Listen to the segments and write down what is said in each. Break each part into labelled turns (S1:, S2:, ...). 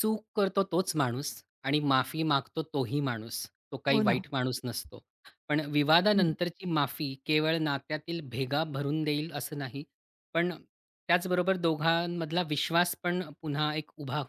S1: चूक करतो तोच माणूस आणि माफी मागतो तोही माणूस. तो काही
S2: हो ना.
S1: वाईट माणूस नसतो. पण
S2: हं.
S1: विवादानंतरची माफी केवळ नात्यातील भेगा भरून देईल असं नाही. पण त्याचबरोबर दोघांमधला विश्वास पण पुन्हा एक उभा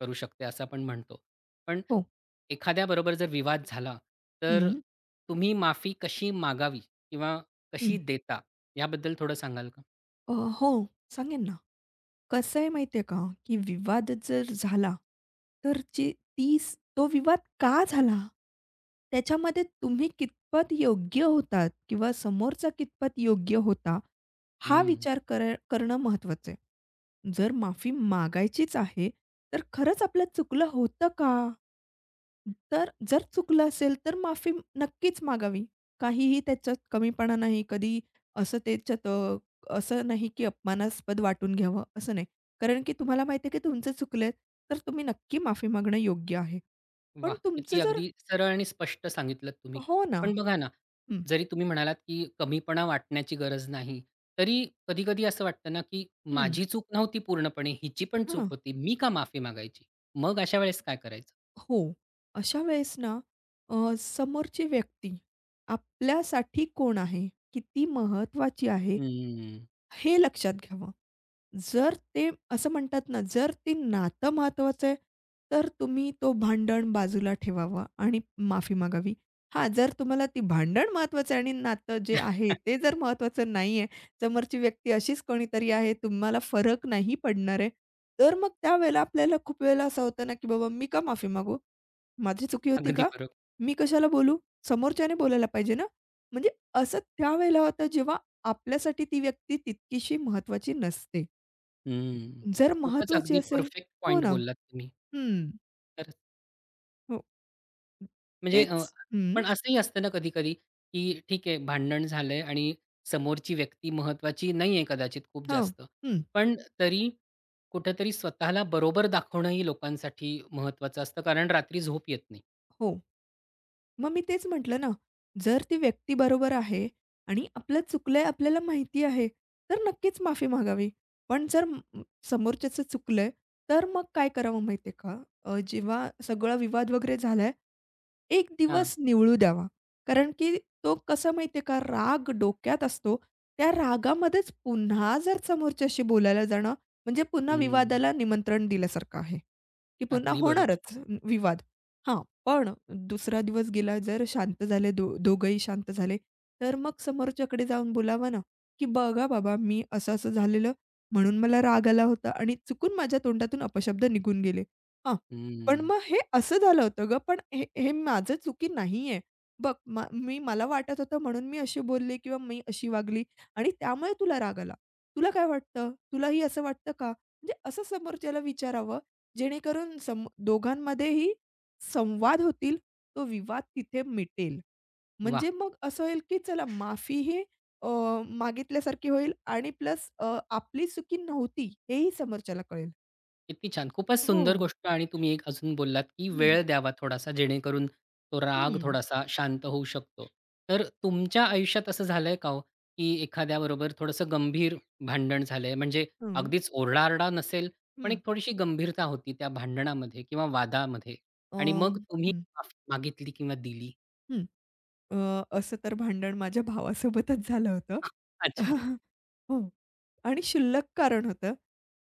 S1: करू शकते असं आपण म्हणतो. पण
S2: हो.
S1: एखाद्याबरोबर जर विवाद झाला, तर
S2: हं.
S1: तुम्ही माफी कशी मागावी किंवा कशी
S2: हं.
S1: देता याबद्दल थोडं सांगाल का?
S2: अ, हो सांगेन ना. कसं आहे माहिती आहे का, की विवाद जर झाला, तर तो विवाद का झाला? त्याच्यामध्ये तुम्ही कितपत योग्य होतात किंवा समोरचा कितपत योग्य होता, हा विचार करणं महत्त्वाचं आहे. जर माफी मागायचीच आहे, तर खरंच आपलं चुकलं होतं का? तर जर चुकलं असेल, तर माफी नक्कीच मागावी. काहीही त्याच्यात कमीपणा नाही. कधी असं त्याच्यात असं नाही की अपमानास्पद वाटून घ्यावं, असं नाही. कारण की तुम्हाला माहिती आहे की तुमचे चुकलेत, तर तुम्ही नक्की माफी मागणं योग्य आहे. पण
S1: वाह!
S2: तुमचं
S1: किती
S2: जर
S1: अगदी सरळ आणि स्पष्ट सांगितलत तुम्ही.
S2: हो ना.
S1: पण बघा ना,
S2: हं,
S1: जरी तुम्ही म्हणालात, की कमीपणा वाटण्याची गरज नाही, तरी कधी-कधी असं वाटतं ना, की
S2: हं.
S1: माझी चूक नव्हती पूर्णपणे, हिची पण चूक
S2: हां,
S1: होती. मी का माफी मागायची? मग अशा वेळेस काय करायचं?
S2: हो. अशा वेळेस ना समोरची व्यक्ती आपल्यासाठी कोण आहे? किती महत्त्वाची आहे?
S1: हम्म.
S2: हे लक्षात घ्यावं. जर ते असं म्हणतात ना, जर ते नातं महत्त्वाचं आहे, तर तुम्ही तो भांडण बाजूला ठेवावा आणि माफी मागावी. हां, जर तुम्हाला ती भांडण महत्त्वाचं आहे आणि नातं जे आहे ते जर महत्त्वाचं नाही आहे, समोरची व्यक्ती अशीच कोणीतरी आहे, तुम्हाला फरक नाही पडणार आहे, तर मग त्यावेळेला आपल्याला खूप वेळेला असं होतं ना, की बाबा मी का माफी मागू? माझी चुकी होती
S1: अगदी
S2: का?
S1: बरोबर.
S2: मी कशाला बोलू? समोरच्याने बोलायला पाहिजे ना? म्हणजे असं त्यावेळेला होतं जेव्हा आपल्यासाठी ती व्यक्ती तितकीशी महत्वाची नसते.
S1: हम्म.
S2: जर
S1: खूपच
S2: महत्वाची
S1: अगदी
S2: असेल
S1: परफेक्ट
S2: हो
S1: पॉइंट
S2: ना.
S1: बोललात तुम्ही.
S2: हं.
S1: तर
S2: हो.
S1: म्हणजे
S2: तेच. हं.
S1: पण असंही असतं ना कधी-कधी, की ठीक आहे भांडण झालंय आणि समोरची व्यक्ती महत्त्वाची नाहीये कदाचित खूप
S2: हां.
S1: जास्त.
S2: हं.
S1: पण तरी कुठेतरी स्वतःला बरोबर दाखवणंही लोकांसाठी महत्त्वाचं असतं कारण रात्री झोप येत नाही.
S2: हो. मग मी तेच म्हटलं ना, जर ती व्यक्ती बरोबर आहे आणि आपलं चुकलंय आपल्याला माहिती आहे, तर नक्कीच माफी मागावी. पण जर समोरच्याचं चुकलंय, तर मग काय करावं माहिती का? जेव्हा सगळा विवाद वगैरे झालाय, एक
S1: हां.
S2: दिवस निवळू द्यावा. कारण की तो कसा माहिती का, राग डोक्यात असतो. त्या रागामध्येच पुन्हा जर समोरच्याशी बोलायला जाणं, म्हणजे पुन्हा
S1: हं.
S2: विवादाला निमंत्रण दिल्यासारखं आहे, की पुन्हा
S1: अगदी
S2: होणारच
S1: बरोबर.
S2: अच्छा. विवाद. हां, पण दुसरा दिवस गेला जर शांत झाले दोघंही शांत झाले, तर मग समोरच्याकडे जाऊन बोलावं ना, की "बघा बाबा, मी असं-असं झालेलं, म्हणून मला राग आला होता आणि चुकून माझ्या तोंडातून अपशब्द निघून गेले." हां, पण
S1: हं.
S2: मग हे असं झालं होतं गं, पण हे हे माझं चुकी नाहीये. बघ मा मी मला वाटत होतं म्हणून मी अशी बोलले किंवा मी अशी वागली आणि त्यामुळे तुला राग आला. तुला काय वाटतं? तुलाही असं वाटतं का? म्हणजे असं समोरच्याला विचारावं, जेणेकरून दोघांमध्येही संवाद होतील, तो विवाद तिथे मिटेल.
S1: वाह!
S2: म्हणजे मग असं होईल, की चला माफीही अ, मागितल्यासारखी होईल आणि प्लस आपली चुकी नव्हती हेही समोरच्याला कळेल.
S1: किती छान! खूपच
S2: हो.
S1: सुंदर गोष्ट आणि तुम्ही एक अजून बोललात, की
S2: हं,
S1: वेळ द्यावा थोडासा जेणेकरून तो राग
S2: हं,
S1: थोडासा शांत होऊ शकतो. तर तुमच्या आयुष्यात असं झालंय का हो, की एखाद्याबरोबर थोडंसं गंभीर भांडण झालंय? म्हणजे
S2: हं.
S1: अगदीच ओरडा नसेल, पण
S2: हं.
S1: एक थोडीशी गंभीरता होती त्या भांडणामध्ये किंवा वादामध्ये
S2: अ,
S1: आणि मग तुम्ही
S2: हं,
S1: माफी मागितली किंवा दिली?
S2: हं. अ, असं तर भांडण माझ्या भावासोबतच झालं होतं.
S1: अच्छा.
S2: हो आणि शुल्लक कारण होतं,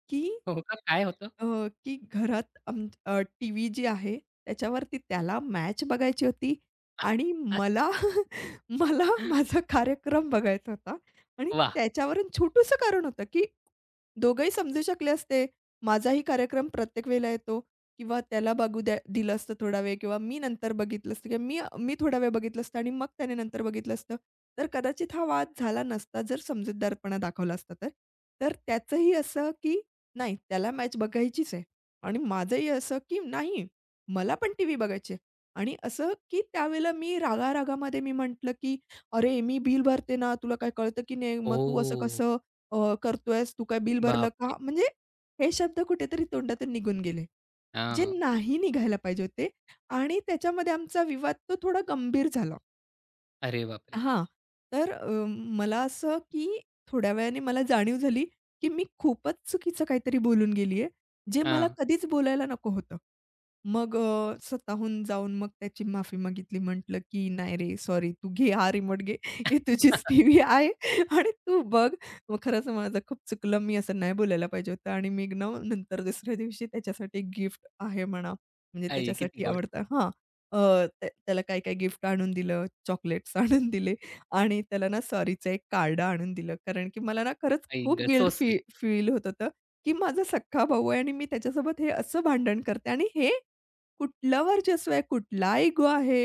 S2: की
S1: हो का? काय होतं?
S2: अ, की घरात टीव्ही जी आहे, त्याच्यावरती त्याला मॅच बघायची होती आणि मला
S1: अच्छा.
S2: मला माझा कार्यक्रम बघायचा होता आणि
S1: वाह!
S2: त्याच्यावरून छोटूसं कारण होतं, की दोघंही समजू शकले असते. माझाही कार्यक्रम प्रत्येक वेळेला येतो किंवा त्याला बघू द्या दिलं असतं थोडा वेळ किंवा मी नंतर बघितलं असतं किंवा मी मी थोडा वेळ बघितलं असतं आणि मग त्याने नंतर बघितलं असतं. तर कदाचित हा वाद झाला नसता जर समजूतदारपणा दाखवला असता तर. तर त्याचंही असं, की नाही, त्याला मॅच बघायचीच आहे आणि माझंही असं, की नाही, मला पण टीव्ही बघायची आहे. आणि असं, की त्यावेळेला मी रागारागामध्ये मी म्हटलं, की "अरे, मी बिल भरते ना, तुला काय कळतं की नाही? मग तू असं
S1: ओह!
S2: कसं करतोयस? तू काय बिल भरलं
S1: बापरे!
S2: का?" म्हणजे हे शब्द कुठेतरी तोंडातून निघून गेले, जे
S1: हां.
S2: नाही निघायला पाहिजे होते आणि त्याच्यामध्ये आमचा विवाद तो थोडा गंभीर झाला.
S1: अरे बापरे!
S2: हां. तर मला असं की थोड्या वेळाने मला जाणीव झाली, की मी खूपच चुकीचं काहीतरी बोलून गेली आहे, जे मला
S1: हां.
S2: कधीच बोलायला नको होतं. मग स्वतःहून जाऊन मग त्याची माफी मागितली. म्हटलं की "नाही रे, सॉरी तू घे हा रिमोट घे. ही तुझीच टीव्ही आहे आणि तू बघ." मग खरंच माझं खूप चुकलं. मी असं नाही बोलायला पाहिजे होतं आणि मी ना नंतर दुसऱ्या दिवशी त्याच्यासाठी गिफ्ट आहे म्हणा, म्हणजे
S1: आई किती
S2: त्याच्यासाठी
S1: गोड.
S2: आवडतं हां. अ, त्याला काय-काय गिफ्ट आणून दिलं, चॉकलेट्स आणून दिले आणि त्याला ना सॉरीचं एक कार्ड आणून दिलं. कारण की मला ना खरंच
S1: आई
S2: खूप
S1: गं! So
S2: guilt free
S1: sweet.
S2: Feel होत होतं, की माझा सख्खा भाऊ आहे आणि मी त्याच्यासोबत हे असं भांडण करते आणि हे कुठलं वर्चस्व आहे, कुठला इगो आहे,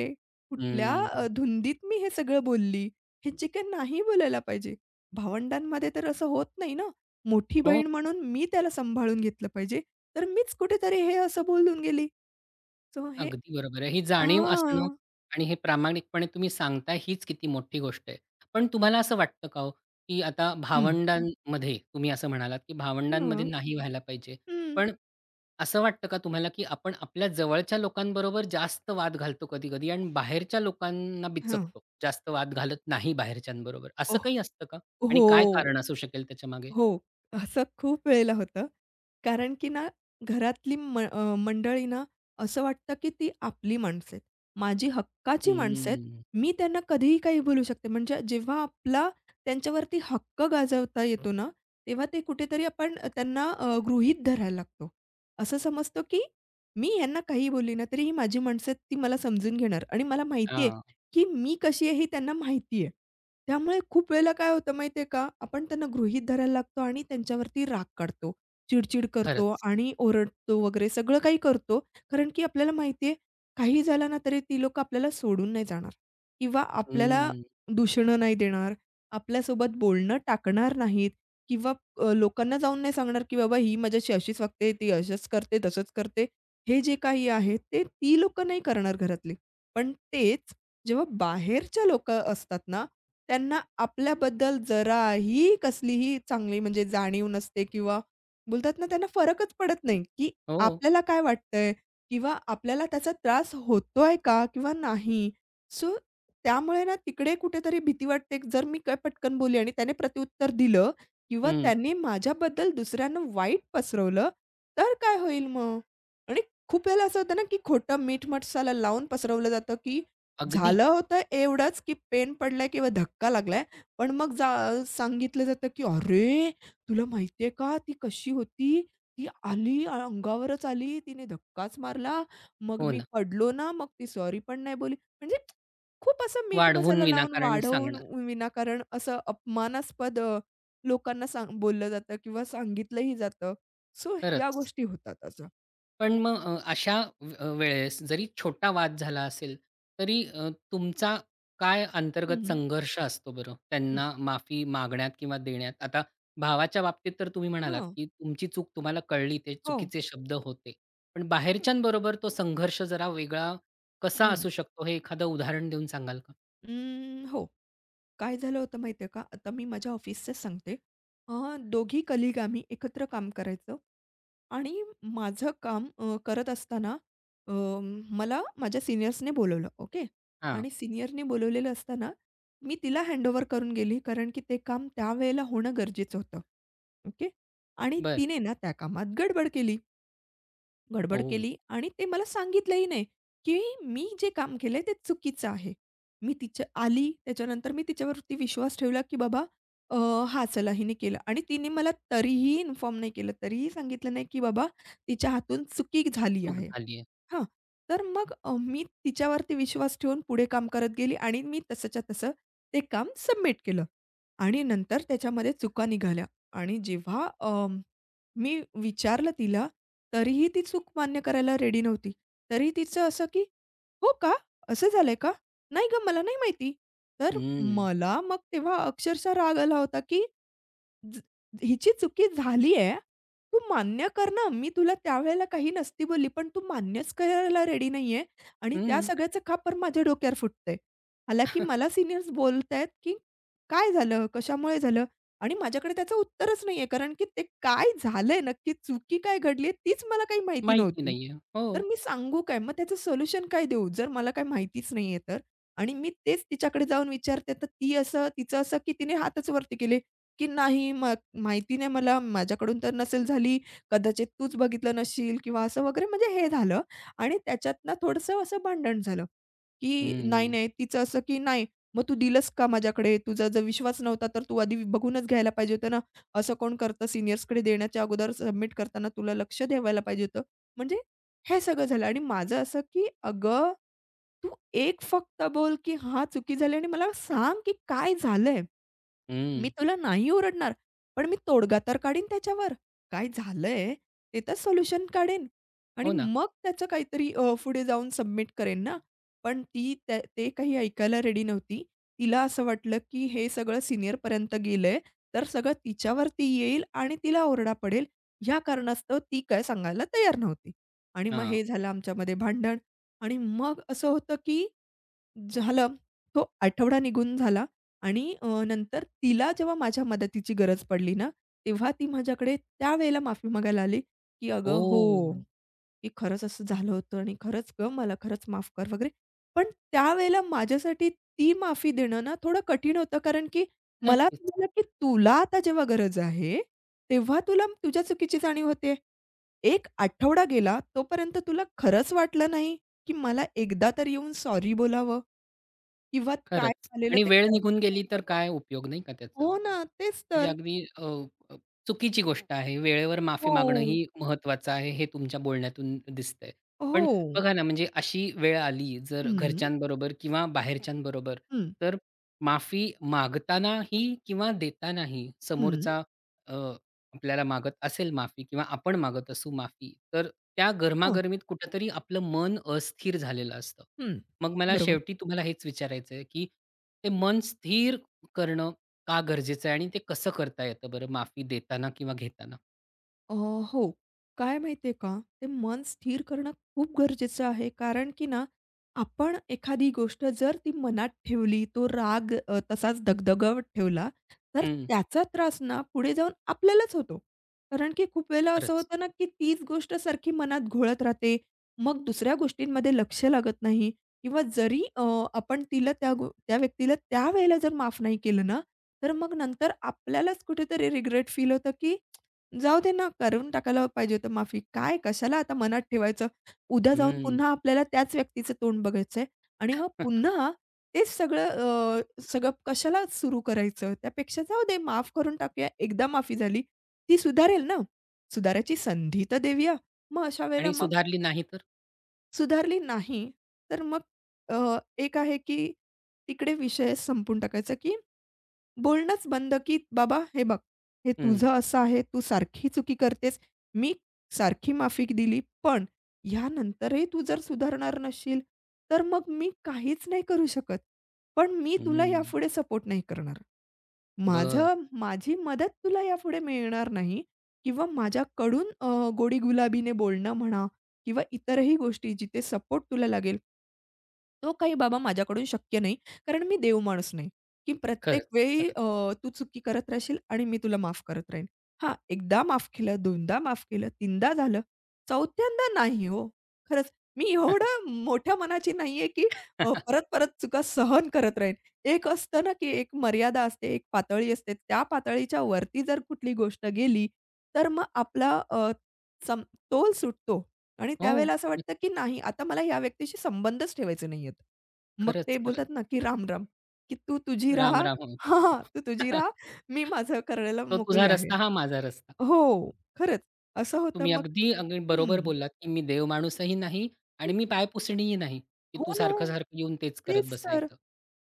S2: कुठल्या
S1: हं.
S2: धुंदीत मी हे सगळं बोलली. हे जे काही नाही बोलायला पाहिजे. भावंडांमध्ये तर असं होत नाही ना. मोठी
S1: हो,
S2: बहीण म्हणून मी त्याला सांभाळून घेतलं पाहिजे. तर मीच कुठेतरी हे असं बोलून गेली. सो हे
S1: अगदी बरोबर आहे. ही जाणीव असणं
S2: हां.
S1: आणि हे प्रामाणिकपणे तुम्ही सांगताय हीच किती मोठी गोष्ट आहे. पण तुम्हाला असं वाटतं का हो, की आता हं.
S2: हं.
S1: भावंडांमध्ये तुम्ही असं म्हणालात, की
S2: हं.
S1: भावंडांमध्ये नाही व्हायला पाहिजे.
S2: हं.
S1: पण असं वाटतं का तुम्हाला, की आपण आपल्या जवळच्या लोकांबरोबर जास्त वाद घालतो कधी-कधी आणि बाहेरच्या लोकांना
S2: हं.
S1: बिचकतो. जास्त वाद घालत नाही बाहेरच्यांबरोबर. असं काही असतं का?
S2: ओह
S1: आणि काय
S2: हो.
S1: कारण असू शकेल त्याच्यामागे?
S2: हो. असं खूप वेळेला होतं. कारण की ना घरातली मंडळी ना असं वाटतं की ती आपली माणसं आहेत. माझी हक्काची माणसं आहेत.
S1: हं.
S2: मी त्यांना कधीही काही बोलू शकते. म्हणजे जेव्हा आपला त्यांच्यावरती हक्क गाजवता येतो ना, तेव्हा ते कुठेतरी आपण त्यांना गृहीत धरायला लागतो. असं समजतो की मी ह्यांना काहीही बोलली ना, तरी ही माझी माणसं आहेत, ती मला समजून घेणार आणि मला माहिती आहे
S1: हां.
S2: की मी कशी आहे हे त्यांना माहिती आहे. त्यामुळे खूप वेळेला काय होतं माहिती आहे का, आपण त्यांना गृहीत धरायला लागतो आणि त्यांच्यावरती राग काढतो. चिड करतो
S1: खरंच.
S2: आणि ओरडतो वगैरे सगळं काही करतो. कारण की आपल्याला माहिती काही झालं ना तरी ती लोकं आपल्याला सोडून नाही जाणार किंवा आपल्याला
S1: हं.
S2: दूषणं नाही देणार, आपल्यासोबत बोलणं टाकणार नाहीत किंवा लोकांना जाऊन नाही सांगणार, की "बाबा ही माझ्याशी अशीच वागते, ती असंच करते, तसंच करते." हे जे काही आहे ते ती लोकं नाही करणार घरातली. पण तेच जेव्हा बाहेरच्या लोकं असतात ना, त्यांना आपल्याबद्दल जराही कसलीही चांगली म्हणजे जाणीव नसते किंवा बोलतात ना त्यांना फरकच पडत नाही, की
S1: हो.
S2: आपल्याला काय वाटतंय किंवा आपल्याला त्याचा त्रास होतोय का किंवा नाही. सो त्यामुळे ना तिकडे कुठेतरी भीती वाटते, की जर मी काय पटकन बोलली आणि त्याने प्रत्युत्तर दिलं किंवा
S1: हं.
S2: त्यांनी माझ्याबद्दल दुसऱ्यांना वाईट पसरवलं, तर काय होईल मग? आणि खूप वेळेला असं होतं ना, की खोटं मीठ मसाला लावून पसरवलं जातं, की
S1: अगदी.
S2: झालं होतं एवढंच, की पेन पडलाय किंवा धक्का लागलाय. पण मग सांगितलं जातं, की "अरे, तुला माहिती का ती कशी होती? ती आली, अंगावरच आली, तिने धक्काच मारला. मग
S1: हो
S2: मी
S1: ना.
S2: पडलो ना, मग ती सॉरी पण नाही बोलली." म्हणजे खूप असं मीठ
S1: वाढवून
S2: मसाला लावून,
S1: विनाकारण
S2: वाढवून,
S1: सांगणार.
S2: विनाकारण असं अपमानास्पद लोकांना बोललं जातं किंवा सांगितलंही जातं. सो ह्या
S1: खरंच.
S2: गोष्टी होतात असं.
S1: पण मग अशा वेळेस जरी छोटा वाद झाला असेल, तरी तुमचा काय
S2: हं,
S1: अंतर्गत
S2: हं.
S1: संघर्ष असतो बरं? त्यांना माफी मागण्यात किंवा देण्यात? आता भावाच्या बाबतीत तर तुम्ही म्हणालात,
S2: हां.
S1: की तुमची चूक तुम्हाला कळली, ते
S2: हो.
S1: चुकीचे शब्द होते. पण बाहेरच्यांबरोबर तो संघर्ष जरा वेगळा कसा
S2: हं.
S1: असू शकतो, हे एखादं उदाहरण देऊन सांगाल का?
S2: हो. काय झालं होतं माहिती आहे का? आता मी माझ्या ऑफिसचं सांगते. दोघी कलीग आम्ही एकत्र काम करायचो आणि माझं काम करत असताना अ, मला माझ्या सीनियर्सने बोलावलं, ओके.
S1: हां.
S2: आणि सीनियरने बोलावलेलं असताना मी तिला हँडओव्हर करून गेली, कारण की ते काम त्यावेळेला होणं गरजेचं होतं, ओके. आणि
S1: बरं.
S2: तिने ना त्या कामात गडबड केली. गडबड
S1: ओह!
S2: केली आणि ते मला सांगितलंही नाही, की मी जे काम केलंय ते चुकीचं आहे. मी तिच्या आली, त्याच्यानंतर मी तिच्यावरती विश्वास ठेवला, की बाबा अ, हां, चला हिने केलं आणि तिने मला तरीही इन्फॉर्म नाही केलं. तरीही सांगितलं नाही, की बाबा तिच्या हातून चुकी झाली
S1: चूक
S2: आहे.
S1: झाली आहे.
S2: हां, तर मग मी तिच्यावरती विश्वास ठेवून पुढे काम करत गेली आणि मी तसंच्या तसं ते काम सबमिट केलं आणि नंतर त्याच्यामध्ये चुका निघाल्या आणि जेव्हा मी विचारलं तिला, तरीही ती चूक मान्य करायला रेडी नव्हती. तरीही तिचं असं की "हो का? असं झालंय का? नाही गं, मला नाही माहिती." तर
S1: हं.
S2: मला मग तेव्हा अक्षरशः राग आला होता की ज हिची चुकी झाली आहे. तू मान्य कर ना. मी तुला त्यावेळेला काही नसती बोलली, पण तू मान्यच करायला रेडी नाही आहे आणि त्या
S1: हं.
S2: सगळ्याचं खापर माझ्या डोक्यावर फुटतंय. हालाकी मला सीनियर्स बोलतायत, की "काय झालं? कशामुळे झालं?" आणि माझ्याकडे त्याचं उत्तरच नाही कारण की ते काय झालंय नक्की, चुकी काय घडली आहे, तीच मला काही माहिती
S1: माहिती
S2: नव्हती.
S1: नाहीये. हो.
S2: तर मी सांगू काय? मग त्याचं सोल्युशन काय देऊ? जर मला काही माहितीच नाही तर? आणि मी तेच तिच्याकडे जाऊन विचारते, तर ती असं तिचं असं की तिने हातच वरती केले. की नाही माहिती नाही मला, माझ्याकडून तर नसेल झाली, कदाचित तूच बघितलं नसशील किंवा असं वगैरे म्हणजे हे झालं आणि त्याच्यातनं थोडंसं असं भांडण झालं, की नाही,
S1: हं.
S2: नाही तिचं असं की "नाही, मग तू दिलंस का माझ्याकडे? तुझा जर विश्वास नव्हता तर तू आधी बघूनच घ्यायला पाहिजे होतं ना. असं कोण करतं सीनियर्सकडे देण्याच्या अगोदर सबमिट करताना तुला लक्ष ठेवायला पाहिजे होतं." म्हणजे हे सगळं झालं आणि माझं असं की "अगं, तू एक फक्त बोल की हां, चुकी झाली आणि मला सांग की काय झालंय?" मी
S1: हं.
S2: तुला नाही ओरडणार, पण मी तोडगा तर काढीन त्याच्यावर. काय झालंय ते तर सोल्युशन काढेन आणि
S1: हो ना.
S2: मग त्याचं काहीतरी पुढे जाऊन सबमिट करेन ना. पण ती त्या ते काही ऐकायला रेडी नव्हती. तिला असं वाटलं, की हे सगळं सीनियरपर्यंत गेलंय, तर सगळं तिच्यावरती येईल आणि तिला ओरडा पडेल. ह्या कारणास्तव ती काय सांगायला तयार नव्हती आणि मग
S1: हां.
S2: हे झालं आमच्यामध्ये भांडण आणि मग असं होतं, की झालं. तो आठवडा निघून झाला आणि नंतर तिला जेव्हा माझ्या मदतीची गरज पडली ना, तेव्हा ती माझ्याकडे त्यावेळेला माफी मागायला आली, की "अगं
S1: ओह!
S2: हो, की खरंच असं झालं होतं आणि खरंच गं, मला खरंच माफ कर" वगैरे. पण त्यावेळेला माझ्यासाठी ती माफी देणं ना थोडं कठीण होतं, कारण की मला असं
S1: नक्कीच.
S2: झालं, की तुला आता जेव्हा गरज आहे, तेव्हा तुला तुझ्या चुकीची जाणीव होते. एक आठवडा गेला तोपर्यंत तुला खरंच वाटलं नाही, की मला एकदा तर येऊन सॉरी बोलावं? किंवा काय
S1: खरंच
S2: झालेलं
S1: आणि
S2: ते
S1: वेळ निघून
S2: खरं-खरं
S1: गेली तर
S2: सांगावं.
S1: काय उपयोग नाही का त्याचा?
S2: हो ना, तेच
S1: म्हणजे
S2: तर.
S1: अगदी अ, अ, चुकीची गोष्ट आहे. वेळेवर माफी मागणं
S2: हो.
S1: ही महत्त्वाचं आहे, हे तुमच्या बोलण्यातून दिसतंय. पण
S2: हो.
S1: बघा ना, म्हणजे अशी वेळ आली
S2: हं,
S1: जर
S2: हं,
S1: घरच्यांबरोबर किंवा बाहेरच्यांबरोबर,
S2: हं.
S1: तर माफी मागतानाही किंवा देतानाही समोरचा अ, आपल्याला मागत असेल माफी किंवा आपण मागत असू माफी, तर त्या
S2: हं,
S1: गरमागरमीत कुठेतरी आपलं मन अस्थिर झालेलं असतं.
S2: हं.
S1: मग मला
S2: बरोबर.
S1: शेवटी तुम्हाला हेच विचारायचं आहे, की ते मन स्थिर करणं का गरजेचं आहे आणि ते कसं करता येतं बरं माफी देताना किंवा घेताना?
S2: हो. काय माहिती आहे का, ते मन स्थिर करणं खूप गरजेचं आहे. कारण की ना, आपण एखादी गोष्ट जर ती मनात ठेवली, तो राग तसाच दगदगत ठेवला, तर
S1: हं,
S2: त्याचा त्रास ना पुढे जाऊन आपल्यालाच होतो. कारण की खूप वेळेला असं
S1: खरंच.
S2: होतं ना, की तीच गोष्ट सारखी मनात घोळत राहते. मग दुसऱ्या गोष्टींमध्ये लक्ष लागत नाही किंवा जरी आपण तिला त्या गो त्या व्यक्तीला त्यावेळेला जर माफ नाही केलं ना, तर मग नंतर आपल्यालाच कुठेतरी रिग्रेट फील होतं, की जाऊ दे ना, करून टाकायला पाहिजे होतं माफी. काय कशाला आता मनात ठेवायचं? उद्या जाऊन
S1: हं.
S2: पुन्हा आपल्याला त्याच व्यक्तीचं तोंड बघायचंय आणि मग पुन्हा तेच सगळं कशाला सुरू करायचं? त्यापेक्षा जाऊ दे माफ करून टाकूया. एकदा माफी झाली, ती सुधारेल ना. सुधारायची संधी तर देऊया. मग अशा वेळेला
S1: आणि
S2: मग
S1: सुधारली नाही तर?
S2: सुधारली नाही, तर मग एक आहे की तिकडे विषय संपून टाकायचा की बोलणंच बंद, की "बाबा हे बघ, हे
S1: हं,
S2: तुझं असं आहे, तू सारखी चुकी करतेस. मी सारखी माफी दिली, पण ह्यानंतरही तू जर सुधारणार नसशील, तर मग मी काहीच नाही करू शकत. पण मी तुला
S1: हं.
S2: यापुढे सपोर्ट नाही करणार.
S1: बरं.
S2: माझी मदत तुला यापुढे मिळणार नाही किंवा माझ्याकडून गोडीगुलाबीने बोलणं म्हणा किंवा इतरही गोष्टी जिथे सपोर्ट तुला लागेल, तो काही बाबा माझ्याकडून शक्य नाही. कारण मी देव माणूस नाही, की प्रत्येक
S1: खरंच,
S2: वेळी
S1: खरंच.
S2: तू चुकी करत राहशील आणि मी तुला माफ करत राहीन. हां, एकदा माफ केलं, दोनदा माफ केलं, तीनदा झालं, चौथ्यांदा नाही हो. खरंच मी एवढं मोठ्या मनाची नाहीये, की परत-परत चुका सहन करत राहीन. एक असतं ना, की एक मर्यादा असते, एक पातळी असते. त्या पातळीच्या वरती जर कुठली गोष्ट गेली, तर मग आपला सम तोल सुटतो. आणि
S1: हो.
S2: त्यावेळेला असं वाटतं, की नाही आता मला या व्यक्तीशी संबंधच ठेवायचे नाहीयेत. मग
S1: खरंच,
S2: ते
S1: खरंच.
S2: बोलतात ना, की राम-राम, की तू तुझी राहा
S1: राम, राम.
S2: हां,
S1: हो.
S2: हां, तू तुझी राहा, मी माझं करायला
S1: तो
S2: मोकळी
S1: तुझा
S2: आहे.
S1: रस्ता, हा माझा रस्ता.
S2: हो, खरंच असं होतं
S1: तुम्ही
S2: मग
S1: अगदी, अगदी बरोबर
S2: हं,
S1: बोललात, की मी देव देवमाणूसही नाही
S2: हं.
S1: आणि मी पायपुसणीही नाही, की
S2: हो
S1: तू
S2: ना.
S1: सारखं-सारखं येऊन तेच करत
S2: तेच तर.
S1: बसायचं.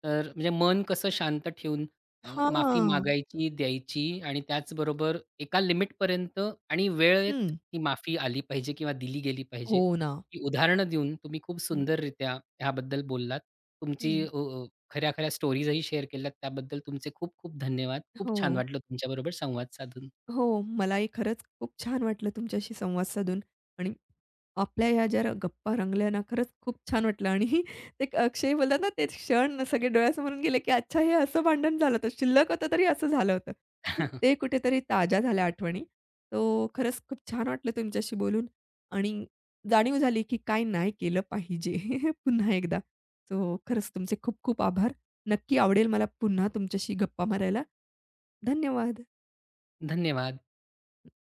S1: तर म्हणजे मन कसं शांत ठेवून माफी
S2: हां.
S1: मागायची, द्यायची आणि त्याचबरोबर एका लिमिटपर्यंत आणि वेळेत
S2: हं.
S1: ती माफी आली पाहिजे किंवा दिली गेली पाहिजे.
S2: हो ना.
S1: ही उदाहरणं देऊन तुम्ही खूप
S2: हं,
S1: सुंदररित्या ह्याबद्दल बोललात. तुमची
S2: हं.
S1: अ, अ, खऱ्या-खऱ्या स्टोरीजही शेअर केल्यात. त्याबद्दल तुमचे खूप-खूप धन्यवाद. खूप
S2: हो.
S1: छान वाटलं तुमच्याबरोबर संवाद साधून.
S2: हो, मलाही खरंच खूप छान वाटलं तुमच्याशी संवाद साधून आणि आपल्या ह्या ज्या गप्पा रंगल्या ना, खरंच खूप छान वाटलं आणि ते एक अक्षय बोलतात ना, ते क्षण सगळे डोळ्यासमोरून गेले, की अच्छा हे असं भांडण झालं होतं. शिल्लक होतं तरी असं झालं होतं. तर ते कुठेतरी ताज्या झाल्या आठवणी. तो खरंच खूप छान वाटलं तुमच्याशी बोलून आणि जाणीव झाली, की काय नाही केलं पाहिजे पुन्हा एकदा. सो खरंच तुमचे खूप खूप आभार. नक्की आवडेल मला पुन्हा तुमच्याशी गप्पा मारायला. धन्यवाद.
S1: धन्यवाद.